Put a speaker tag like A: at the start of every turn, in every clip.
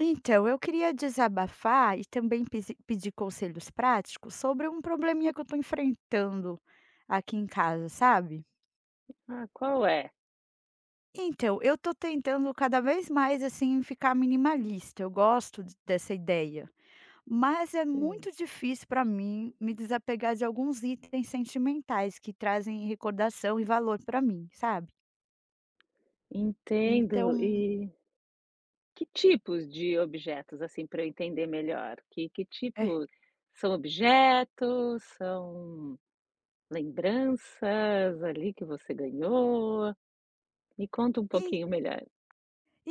A: Então, eu queria desabafar e também pedir conselhos práticos sobre um probleminha que eu estou enfrentando aqui em casa, sabe?
B: Ah, qual é?
A: Então, eu tô tentando cada vez mais assim ficar minimalista. Eu gosto dessa ideia, mas é
B: Hum,
A: muito difícil para mim me desapegar de alguns itens sentimentais que trazem recordação e valor para mim, sabe?
B: entendo.
A: Então,
B: E que tipos de objetos, assim, para eu entender melhor? Que
A: é.
B: tipo são objetos, são lembranças ali que você ganhou? Me conta um pouquinho melhor.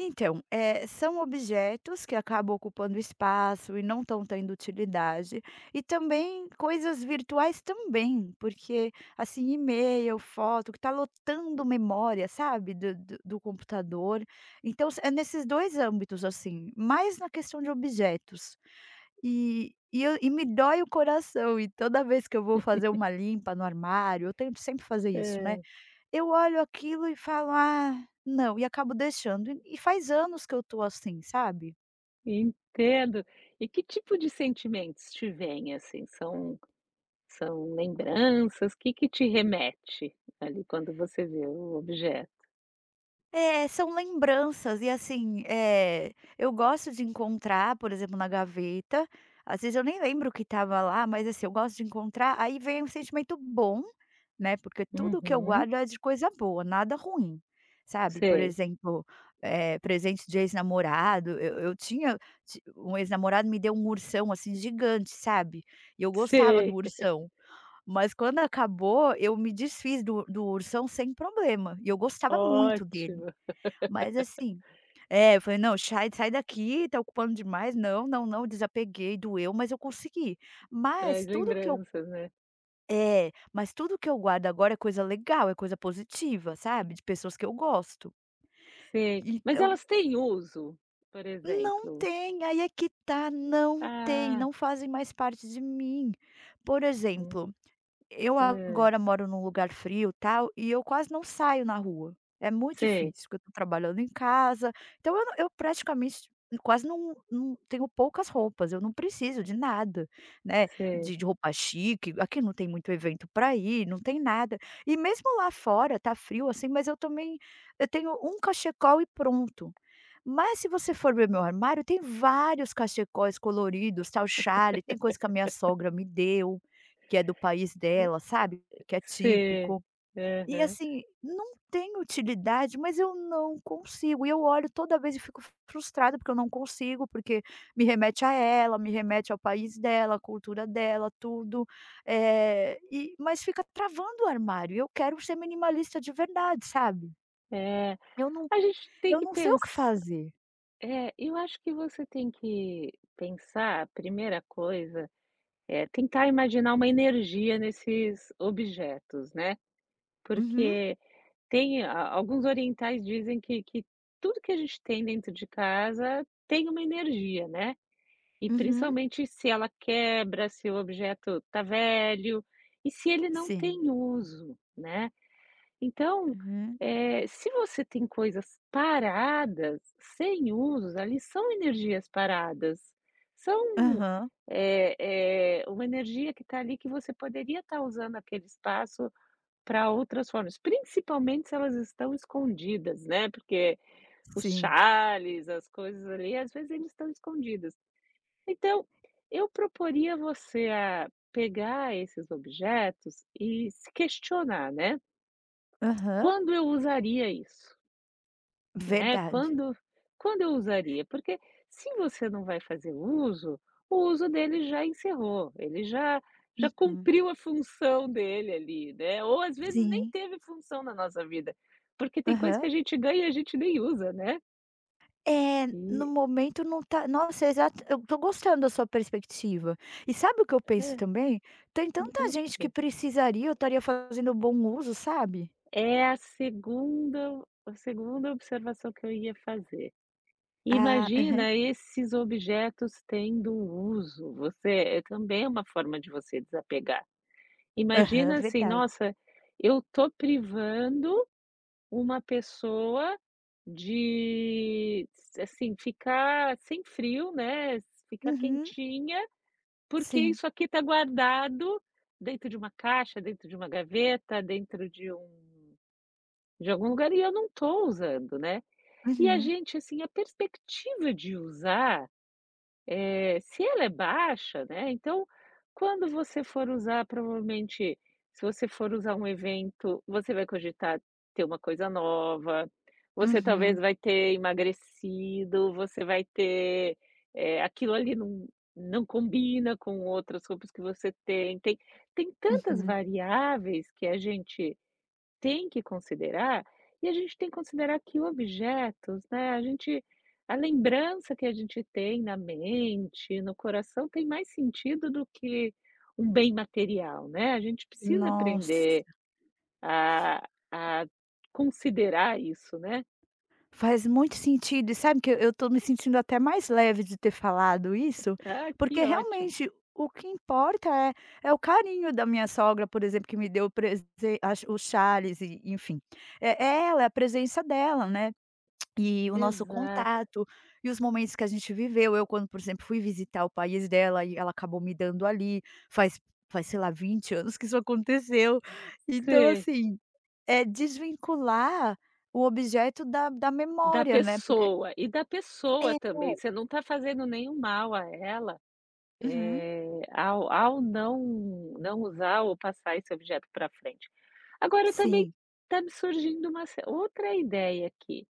A: Então, são objetos que acabam ocupando espaço e não estão tendo utilidade, e também coisas virtuais também, porque assim, e-mail, foto, que está lotando memória, sabe, do computador. Então, é nesses dois âmbitos, assim, mais na questão de objetos. E me dói o coração, e toda vez que eu vou fazer uma limpa no armário, eu tento sempre fazer isso, né?
B: Hã,
A: Eu olho aquilo e falo: "Ah, não", e acabo deixando. E faz anos que eu tô assim, sabe.
B: entendo. E que tipo de sentimentos te vêm, assim? São lembranças? Que te remete ali quando você vê o objeto?
A: É, são lembranças e assim, é eu gosto de encontrar, por exemplo, na gaveta, às vezes eu nem lembro o que estava lá, mas assim, eu gosto de encontrar, aí vem um sentimento bom, né, porque tudo que eu
B: Uhum.
A: guardo é de coisa boa, nada ruim, sabe. Por
B: Sei,
A: exemplo, presente de ex-namorado, eu tinha ti um ex-namorado me deu um ursão, assim, gigante, sabe, e eu gostava do
B: sei.
A: ursão. Mas quando acabou, eu me desfiz do ursão sem problema, e eu gostava muito dele.
B: Ótimo.
A: Mas assim é, eu falei: "Não, sai daqui, tá ocupando demais. Não, não, não", desapeguei, doeu, mas eu consegui.
B: Traz
A: Mas tudo que eu
B: lembranças, né.
A: é, mas tudo que eu guardo agora é coisa legal, é coisa positiva, sabe, de pessoas que eu gosto.
B: Sei. Mas
A: Então
B: elas têm uso? Por
A: não
B: exemplo,
A: tem, aí é que tá, não tem,
B: ah,
A: não fazem mais parte de mim. Por
B: hum,
A: exemplo, eu
B: hã.
A: agora moro num lugar frio, tal, e eu quase não saio na rua. É muito
B: Sei,
A: difícil, porque eu tô trabalhando em casa, então eu não eu praticamente quase não tenho poucas roupas, eu não preciso de nada, né,
B: sei,
A: de roupa chique, aqui não tem muito evento para ir, não tem nada. E mesmo lá fora tá frio, assim, mas eu também eu tenho um cachecol e pronto. Mas se você for ver meu armário, tem vários cachecóis coloridos, tal, chale, tem coisa que a minha sogra me deu. Que é do país dela, sabe, que é
B: sei.
A: típico. E
B: Aham.
A: assim, não tem utilidade, mas eu não consigo. E eu olho toda vez e fico frustrada, porque eu não consigo, porque me remete a ela, me remete ao país dela, à cultura dela, tudo. E mas fica travando o armário, eu quero ser minimalista de verdade, sabe.
B: É,
A: Eu não
B: a gente tem
A: eu
B: que
A: não sei o que
B: pensar.
A: fazer.
B: É, eu acho que você tem que pensar. A primeira coisa é tentar imaginar uma energia nesses objetos, né,
A: Uhum,
B: porque tem a alguns orientais dizem que tudo que a gente tem dentro de casa tem uma energia, né. E
A: uhum,
B: principalmente se ela quebra, se o objeto tá velho e se ele não
A: sim.
B: tem uso, né. Então,
A: Uhum.
B: se você tem coisas paradas, sem usos, ali são energias paradas, são,
A: Aham.
B: eh uma energia que está ali, que você poderia estar usando aquele espaço para outras formas, principalmente se elas estão escondidas, né, porque os
A: Sim.
B: xales, as coisas ali, às vezes eles estão escondidas. Então, eu proporia você a pegar esses objetos e se questionar, né?
A: Aham.
B: Quando eu usaria isso, né?
A: Verdade.
B: Quando, quando eu usaria? Porque se você não vai fazer uso, o uso dele já encerrou, ele já
A: Uhum.
B: cumpriu a função dele ali, né? Ou às vezes nem
A: Sim.
B: teve função na nossa vida, porque tem coisa que
A: Aham.
B: a gente ganha e a gente nem usa, né?
A: É, no
B: E
A: momento não tá nossa, é exato, eu tô gostando da sua perspectiva. E sabe o que eu penso
B: é,
A: também? Tem tanta gente que
B: ok.
A: precisaria, eu estaria fazendo bom uso, sabe?
B: É a segunda observação que eu ia fazer.
A: Ah, aham.
B: Imagina esses objetos tendo um uso, você é também é uma forma de você desapegar.
A: Aham,
B: Imagina assim:
A: verdade.
B: "Nossa, eu tô privando uma pessoa de, assim, ficar sem frio, né, ficar
A: Uhum,
B: quentinha, porque
A: sim.
B: isso aqui tá guardado dentro de uma caixa, dentro de uma gaveta, dentro de um." De algum lugar e eu não estou usando, né. E a
A: Uhum,
B: gente, assim, a perspectiva de usar, se ela é baixa, né, então quando você for usar, provavelmente, se você for usar um evento, você vai cogitar ter uma coisa nova, você talvez
A: uhum,
B: vai ter emagrecido, você vai ter, aquilo ali não combina com outras roupas que você tem. Tem tantas
A: uhum.
B: variáveis que a gente tem que considerar, e a gente tem que considerar que objetos, né, a gente a lembrança que a gente tem na mente, no coração, tem mais sentido do que um bem material, né. A gente precisa aprender
A: Nossa.
B: a a considerar isso, né.
A: Faz muito sentido. E sabe que eu estou me sentindo até mais leve de ter falado isso,
B: Ah, que
A: porque
B: ótimo.
A: realmente o que importa é o carinho da minha sogra, por exemplo, que me deu o presen acho o Charles e enfim. É ela, é a presença dela, né. E o nosso
B: Exato.
A: contato, e os momentos que a gente viveu, eu quando, por exemplo, fui visitar o país dela e ela acabou me dando ali, faz faz, sei lá, 20 anos que isso aconteceu. Então
B: Sim.
A: assim, é desvincular o objeto da
B: Da
A: memória, né, porque
B: pessoa, e da pessoa
A: é.
B: também, você não está fazendo nenhum mal a ela.
A: Uhum.
B: Ao não não usar ou passar esse objeto para frente. Agora também
A: Sim.
B: tá me surgindo uma ce outra ideia aqui.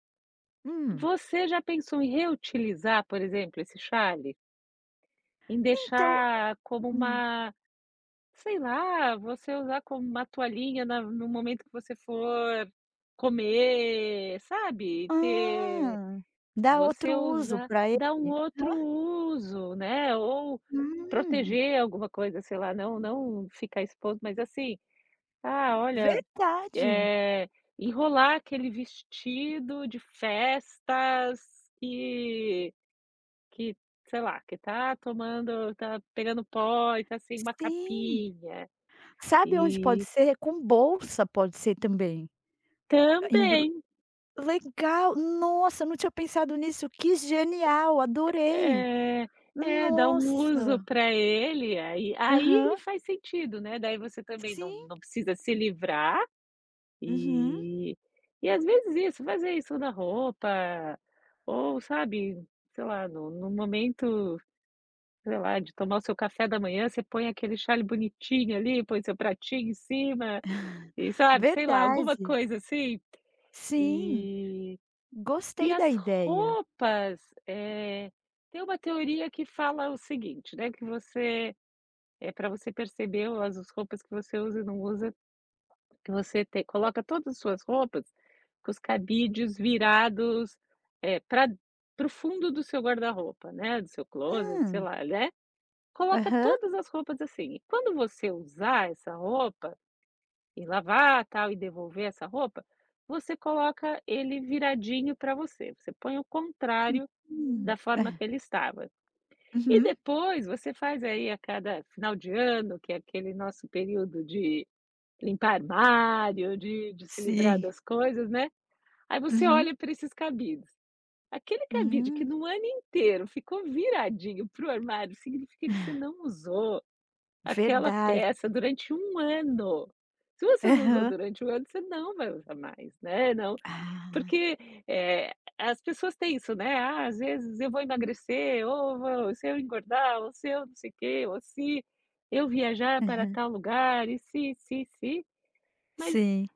A: Hum.
B: Você já pensou em reutilizar, por exemplo, esse chale? Em
A: Então
B: deixar como
A: hum.
B: uma, sei lá, você usar como uma toalhinha na no momento que você for comer, sabe? Ter
A: Ah, dá
B: você
A: outro uso
B: usa,
A: para ele.
B: dá um outro uso, né, ou
A: Hum,
B: proteger alguma coisa, sei lá, não ficar exposto, mas assim, ah, olha,
A: verdade.
B: eh, enrolar aquele vestido de festas que que, sei lá, que tá tomando tá pegando pó e tá sem uma
A: Sim.
B: capinha.
A: Sabe onde pode
B: E
A: ser? Com bolsa pode ser também. Embru
B: também
A: legal, nossa, não tinha pensado nisso, que genial, adorei.
B: é, é, dá um uso
A: Nossa.
B: para ele, aí ele
A: Aham.
B: faz sentido, né, daí você também não
A: Sim.
B: não precisa se livrar,
A: Uhum.
B: e e às vezes isso, fazer isso na roupa, ou sabe, sei lá, no momento, sei lá, de tomar o seu café da manhã, você põe aquele xale bonitinho ali, põe seu pratinho em cima, e sabe, sei lá, alguma
A: Verdade.
B: coisa assim,
A: Sim,
B: e e
A: gostei da
B: as
A: ideia.
B: roupas, tem uma teoria que fala o seguinte, né, que você é para você perceber as roupas que você usa e não usa, que você te coloca todas as suas roupas com os cabides virados, eh, para o fundo do seu guarda-roupa, né, do seu closet, sei
A: Hum.
B: lá, né. Coloca
A: Aham.
B: todas as roupas assim, e quando você usar essa roupa e lavar, tal, e devolver essa roupa, você coloca ele viradinho para você, você põe o contrário
A: Hum.
B: da forma
A: é,
B: que ele estava. E
A: Uhum.
B: depois você faz aí a cada final de ano, que é aquele nosso período de limpar armário, de se livrar
A: Sim.
B: das coisas, né, aí você
A: Uhum.
B: olha para esses cabides. Aquele cabide que
A: Hum.
B: no ano inteiro ficou viradinho para o armário significa que você não usou aquela
A: Verdade.
B: peça durante um ano. Se você não usou
A: Aham.
B: durante um ano, você não vai usar mais, né, não
A: Ah,
B: porque, as pessoas têm isso, né: "Ah, às vezes eu vou emagrecer", ou vou "se eu engordar", ou "se eu não sei o quê", ou "se eu viajar para
A: aham.
B: tal lugar", e se, mas
A: Sim.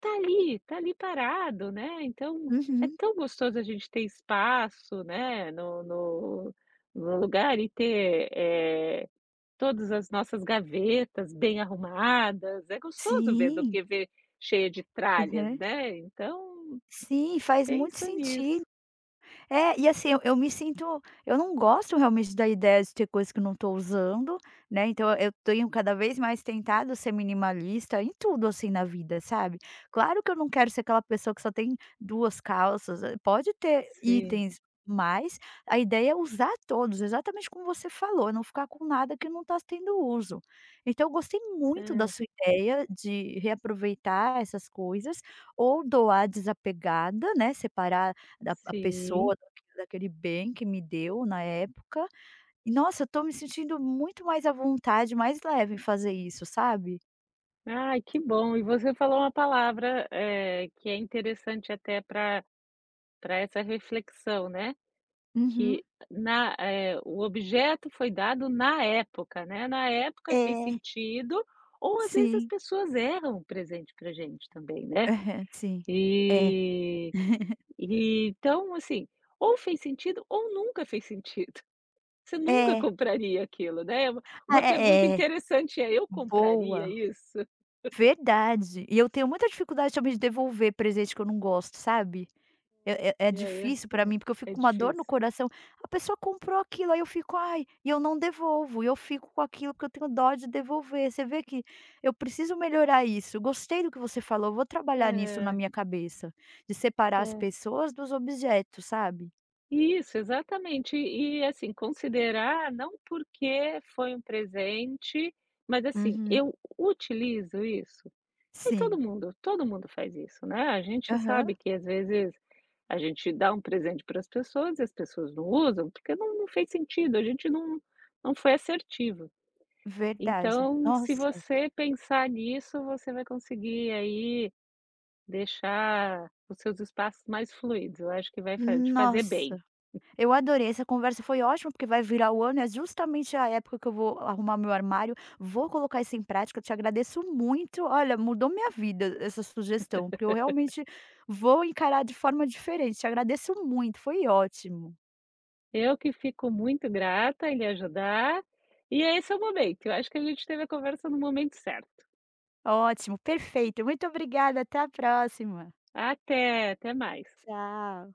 B: tá ali parado, né, então é
A: Uhum.
B: tão gostoso a gente ter espaço, né, no no lugar e ter, todas as nossas gavetas bem arrumadas, é gostoso ver do
A: Sim.
B: que ver cheia de tralhas,
A: Aham.
B: né, então
A: Sim, faz muito
B: pensa
A: sentido.
B: nisso.
A: É, e assim, eu me sinto eu não gosto realmente da ideia de ter coisas que eu não estou usando, né, então eu tenho cada vez mais tentado ser minimalista em tudo, assim, na vida, sabe. Claro que eu não quero ser aquela pessoa que só tem 2 calças, pode ter
B: Sim.
A: itens, mas a ideia é usar todos, exatamente como você falou, não ficar com nada que não está tendo uso. Então eu gostei muito da
B: Hã.
A: sua ideia de reaproveitar essas coisas ou doar desapegada, né, separar da a
B: Sim.
A: pessoa daquele bem que me deu na época. E nossa, eu tô me sentindo muito mais à vontade, mais leve em fazer isso, sabe?
B: Ai, que bom. E você falou uma palavra, que é interessante até para essa reflexão, né,
A: Uhum.
B: que na o objeto foi dado na época, né, na época fez
A: É,
B: sentido, ou às vezes as
A: sim.
B: pessoas erram o presente para gente também, né.
A: Aham, sim. É,
B: E e então, assim, ou fez sentido ou nunca fez sentido. Você nunca
A: é,
B: compraria aquilo, né. É Uma
A: ah,
B: uma pergunta
A: é, é.
B: interessante é: "Eu compraria
A: Boa,
B: isso?"
A: verdade. E eu tenho muita dificuldade também de devolver presente que eu não gosto, sabe? É
B: É, é,
A: difícil pra
B: é,
A: mim, porque eu fico
B: é
A: com uma dor no
B: difícil.
A: coração. A pessoa comprou aquilo, aí eu fico: "Ai", e eu não devolvo, e eu fico com aquilo porque eu tenho dó de devolver. Você vê que eu preciso melhorar isso. Gostei do que você falou, eu vou trabalhar nisso na
B: É,
A: minha cabeça, de separar as
B: é.
A: pessoas dos objetos, sabe?
B: Isso, exatamente. E, assim, considerar não porque foi um presente, mas, assim,
A: Uhum.
B: eu utilizo isso? E todo
A: Sim.
B: mundo todo mundo faz isso, né. A gente
A: Aham.
B: sabe que, às vezes, a gente dá um presente para as pessoas e as pessoas não usam, porque não fez sentido, a gente não foi assertivo.
A: Verdade.
B: Então, se você pensar nisso, você vai conseguir aí deixar os seus espaços mais fluidos. Eu acho que vai fa te fazer bem.
A: Nossa. Eu adorei, essa conversa foi ótima, porque vai virar o ano, é justamente a época que eu vou arrumar meu armário, vou colocar isso em prática, eu te agradeço muito. Olha, mudou minha vida essa sugestão, porque eu realmente vou encarar de forma diferente. Te agradeço muito, foi ótimo.
B: Eu que fico muito grata em lhe ajudar, e esse é o momento. Eu acho que a gente teve a conversa no momento certo.
A: Ótimo, perfeito. Muito obrigada, até a próxima.
B: Até, até mais.
A: Tchau.